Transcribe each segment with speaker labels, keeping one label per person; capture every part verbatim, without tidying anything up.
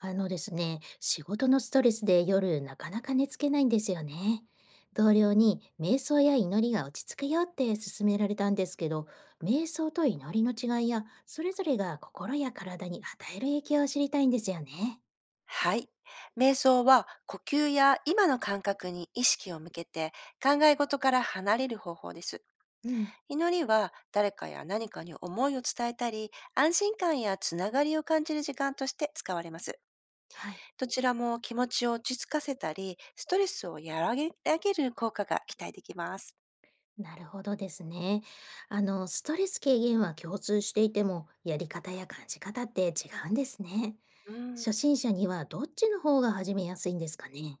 Speaker 1: あのですね、仕事のストレスで夜なかなか寝つけないんですよね。同僚に瞑想や祈りが落ち着くよって勧められたんですけど、瞑想と祈りの違いや、それぞれが心や体に与える影響を知りたいんですよね。
Speaker 2: はい。瞑想は呼吸や今の感覚に意識を向けて考え事から離れる方法です。
Speaker 1: うん、
Speaker 2: 祈りは誰かや何かに思いを伝えたり、安心感やつながりを感じる時間として使われます。
Speaker 1: はい。
Speaker 2: どちらも気持ちを落ち着かせたり、ストレスを和らげげる効果が期待できます。
Speaker 1: なるほどですね。あの、ストレス軽減は共通していても、やり方や感じ方って違うんですね。
Speaker 2: うん、
Speaker 1: 初心者にはどっちの方が始めやすいんですかね。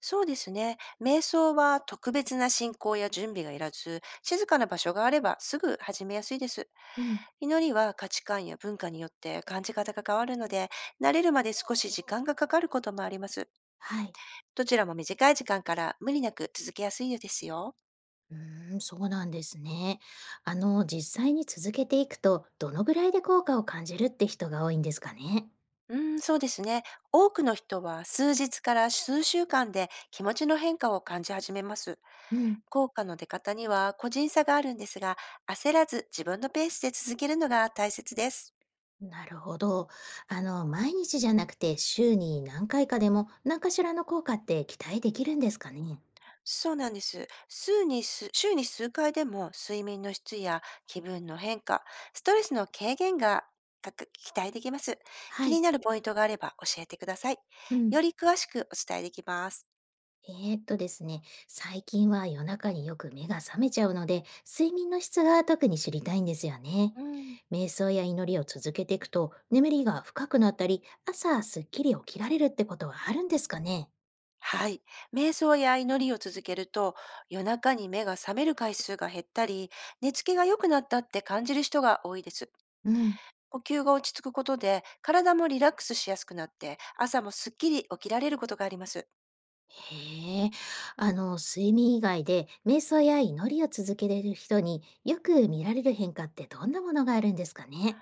Speaker 2: そうですね。瞑想は特別な進行や準備がいらず、静かな場所があればすぐ始めやすいです。
Speaker 1: うん。
Speaker 2: 祈りは価値観や文化によって感じ方が変わるので、慣れるまで少し時間がかかることもあります。
Speaker 1: はい。
Speaker 2: どちらも短い時間から無理なく続けやすいのですよ。
Speaker 1: うーん、そうなんですね。あの、実際に続けていくと、どのぐらいで効果を感じるって人が多いんですかね。
Speaker 2: うーん、そうですね。多くの人は数日から数週間で気持ちの変化を感じ始めます。
Speaker 1: うん、
Speaker 2: 効果の出方には個人差があるんですが、焦らず自分のペースで続けるのが大切です。
Speaker 1: なるほど。あの、毎日じゃなくて週に何回かでも何かしらの効果って期待できるんですかね。
Speaker 2: そうなんです。数に数週に数回でも睡眠の質や気分の変化、ストレスの軽減がかく期待できます。
Speaker 1: は
Speaker 2: 気に
Speaker 1: い。
Speaker 2: なるポイントがあれば教えてください。
Speaker 1: うん。
Speaker 2: より詳しくお伝えできます。
Speaker 1: えーっとですね、最近は夜中によく目が覚めちゃうので、睡眠の質が特に知りたいんですよね。
Speaker 2: うん。
Speaker 1: 瞑想や祈りを続けていくと、眠りが深くなったり、朝すっきり起きられるってことはあるんですかね？
Speaker 2: はい。瞑想や祈りを続けると、夜中に目が覚める回数が減ったり、寝つきが良くなったって感じる人が多いです。
Speaker 1: うん、
Speaker 2: 呼吸が落ち着くことで、体もリラックスしやすくなって、朝もすっきり起きられることがあります。
Speaker 1: へえ、あの、睡眠以外で瞑想や祈りを続けれる人によく見られる変化ってどんなものがあるんですかね？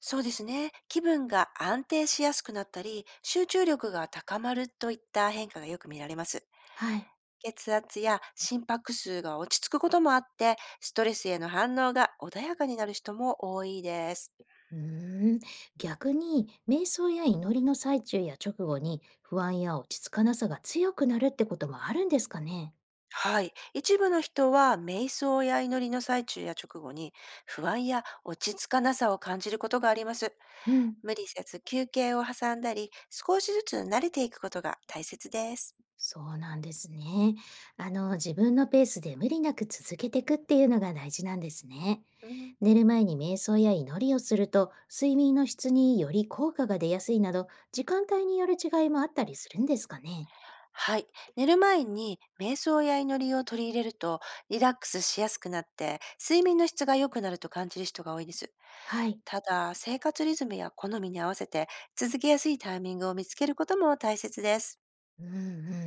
Speaker 2: そうですね。気分が安定しやすくなったり、集中力が高まるといった変化がよく見られます。
Speaker 1: はい。
Speaker 2: 血圧や心拍数が落ち着くこともあって、ストレスへの反応が穏やかになる人も多いです。
Speaker 1: うーん、逆に瞑想や祈りの最中や直後に不安や落ち着かなさが強くなるってこともあるんですかね？
Speaker 2: はい。一部の人は瞑想や祈りの最中や直後に不安や落ち着かなさを感じることがあります。
Speaker 1: うん、
Speaker 2: 無理せず休憩を挟んだり、少しずつ慣れていくことが大切です。
Speaker 1: そうなんですね。あの、自分のペースで無理なく続けていくっていうのが大事なんですね。
Speaker 2: うん。
Speaker 1: 寝る前に瞑想や祈りをすると睡眠の質により効果が出やすいなど時間帯による違いもあったりするんですかね？
Speaker 2: はい。寝る前に瞑想や祈りを取り入れるとリラックスしやすくなって、睡眠の質が良くなると感じる人が多いです。
Speaker 1: はい。
Speaker 2: ただ、生活リズムや好みに合わせて続けやすいタイミングを見つけることも大切です。
Speaker 1: うんう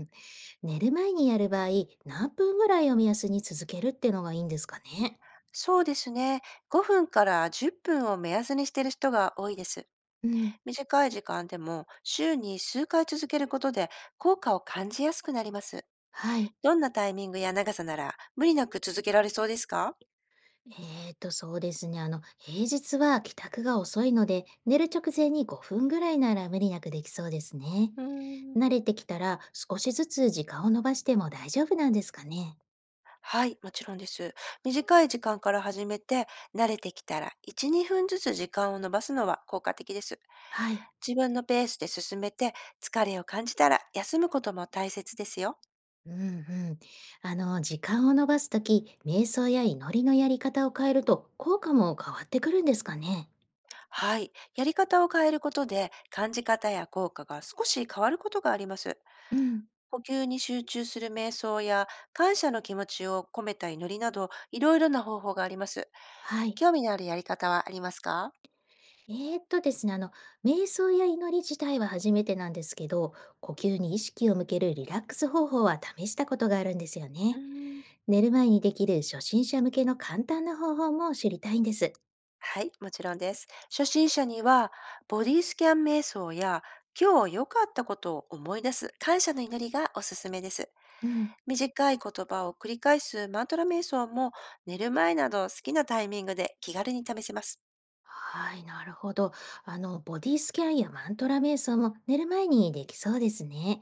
Speaker 1: ん。寝る前にやる場合、何分ぐらいを目安に続けるってのがいいんですかね。
Speaker 2: そうですね。ごふんからじゅっぷんを目安にしている人が多いです。
Speaker 1: うん。
Speaker 2: 短い時間でも週に数回続けることで効果を感じやすくなります。
Speaker 1: はい。
Speaker 2: どんなタイミングや長さなら無理なく続けられそうですか？
Speaker 1: えーと、そうですね。あの、平日は帰宅が遅いので、寝る直前にごふんぐらいなら無理なくできそうですね。
Speaker 2: うーん。
Speaker 1: 慣れてきたら少しずつ時間を伸ばしても大丈夫なんですかね。
Speaker 2: はい、もちろんです。短い時間から始めて、慣れてきたらいち、にふんずつ時間を伸ばすのは効果的です。
Speaker 1: はい。
Speaker 2: 自分のペースで進めて、疲れを感じたら休むことも大切ですよ。
Speaker 1: うんうん。あの、時間を伸ばすとき、瞑想や祈りのやり方を変えると効果も変わってくるんですかね。
Speaker 2: はい、やり方を変えることで、感じ方や効果が少し変わることがあります。
Speaker 1: うん。
Speaker 2: 呼吸に集中する瞑想や、感謝の気持ちを込めた祈りなど、いろいろな方法があります。
Speaker 1: はい。
Speaker 2: 興味のあるやり方はありますか？
Speaker 1: えーっとですね、あの、瞑想や祈り自体は初めてなんですけど、呼吸に意識を向けるリラックス方法は試したことがあるんですよ
Speaker 2: うー
Speaker 1: ね。
Speaker 2: ん。
Speaker 1: 寝る前にできる初心者向けの簡単な方法も知りたいんです。
Speaker 2: はい、もちろんです。初心者には、ボディスキャン瞑想や、今日良かったことを思い出す感謝の祈りがおすすめです。
Speaker 1: うん。
Speaker 2: 短い言葉を繰り返すマントラ瞑想も、寝る前など好きなタイミングで気軽に試せます。
Speaker 1: はい、なるほど。あの、ボディスキャンやマントラ瞑想も寝る前にできそうですね。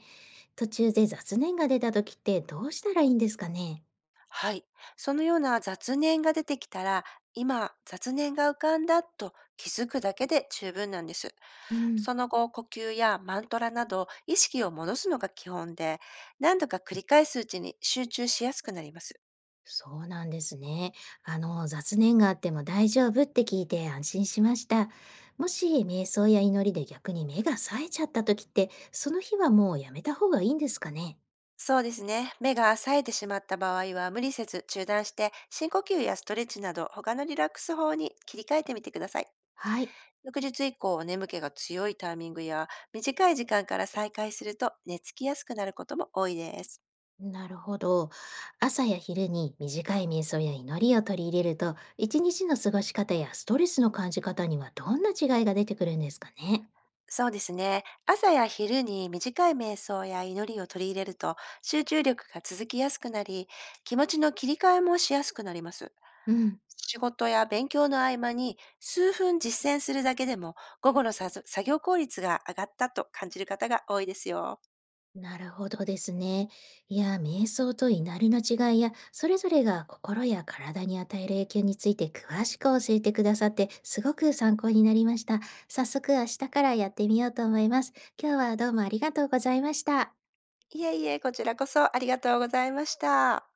Speaker 1: 途中で雑念が出た時ってどうしたらいいんですかね。
Speaker 2: はい。そのような雑念が出てきたら、今、雑念が浮かんだと気づくだけで十分なんです。
Speaker 1: うん。
Speaker 2: その後、呼吸やマントラなど意識を戻すのが基本で、何度か繰り返すうちに集中しやすくなります。
Speaker 1: そうなんですね。あの、雑念があっても大丈夫って聞いて安心しました。もし瞑想や祈りで逆に目が冴えちゃった時って、その日はもうやめた方がいいんですかね？
Speaker 2: そうですね。目が冴えてしまった場合は無理せず中断して、深呼吸やストレッチなど他のリラックス法に切り替えてみてください。
Speaker 1: はい。
Speaker 2: 翌日以降、眠気が強いタイミングや短い時間から再開すると寝つきやすくなることも多いです。
Speaker 1: なるほど。朝や昼に短い瞑想や祈りを取り入れると、一日の過ごし方やストレスの感じ方にはどんな違いが出てくるんですかね？
Speaker 2: そうですね。朝や昼に短い瞑想や祈りを取り入れると集中力が続きやすくなり、気持ちの切り替えもしやすくなります。
Speaker 1: うん。
Speaker 2: 仕事や勉強の合間に数分実践するだけでも、午後のさ作業効率が上がったと感じる方が多いですよ。
Speaker 1: なるほどですね。いや、瞑想と祈りの違いや、それぞれが心や体に与える影響について詳しく教えてくださって、すごく参考になりました。早速明日からやってみようと思います。今日はどうもありがとうございました。
Speaker 2: いえいえ、こちらこそありがとうございました。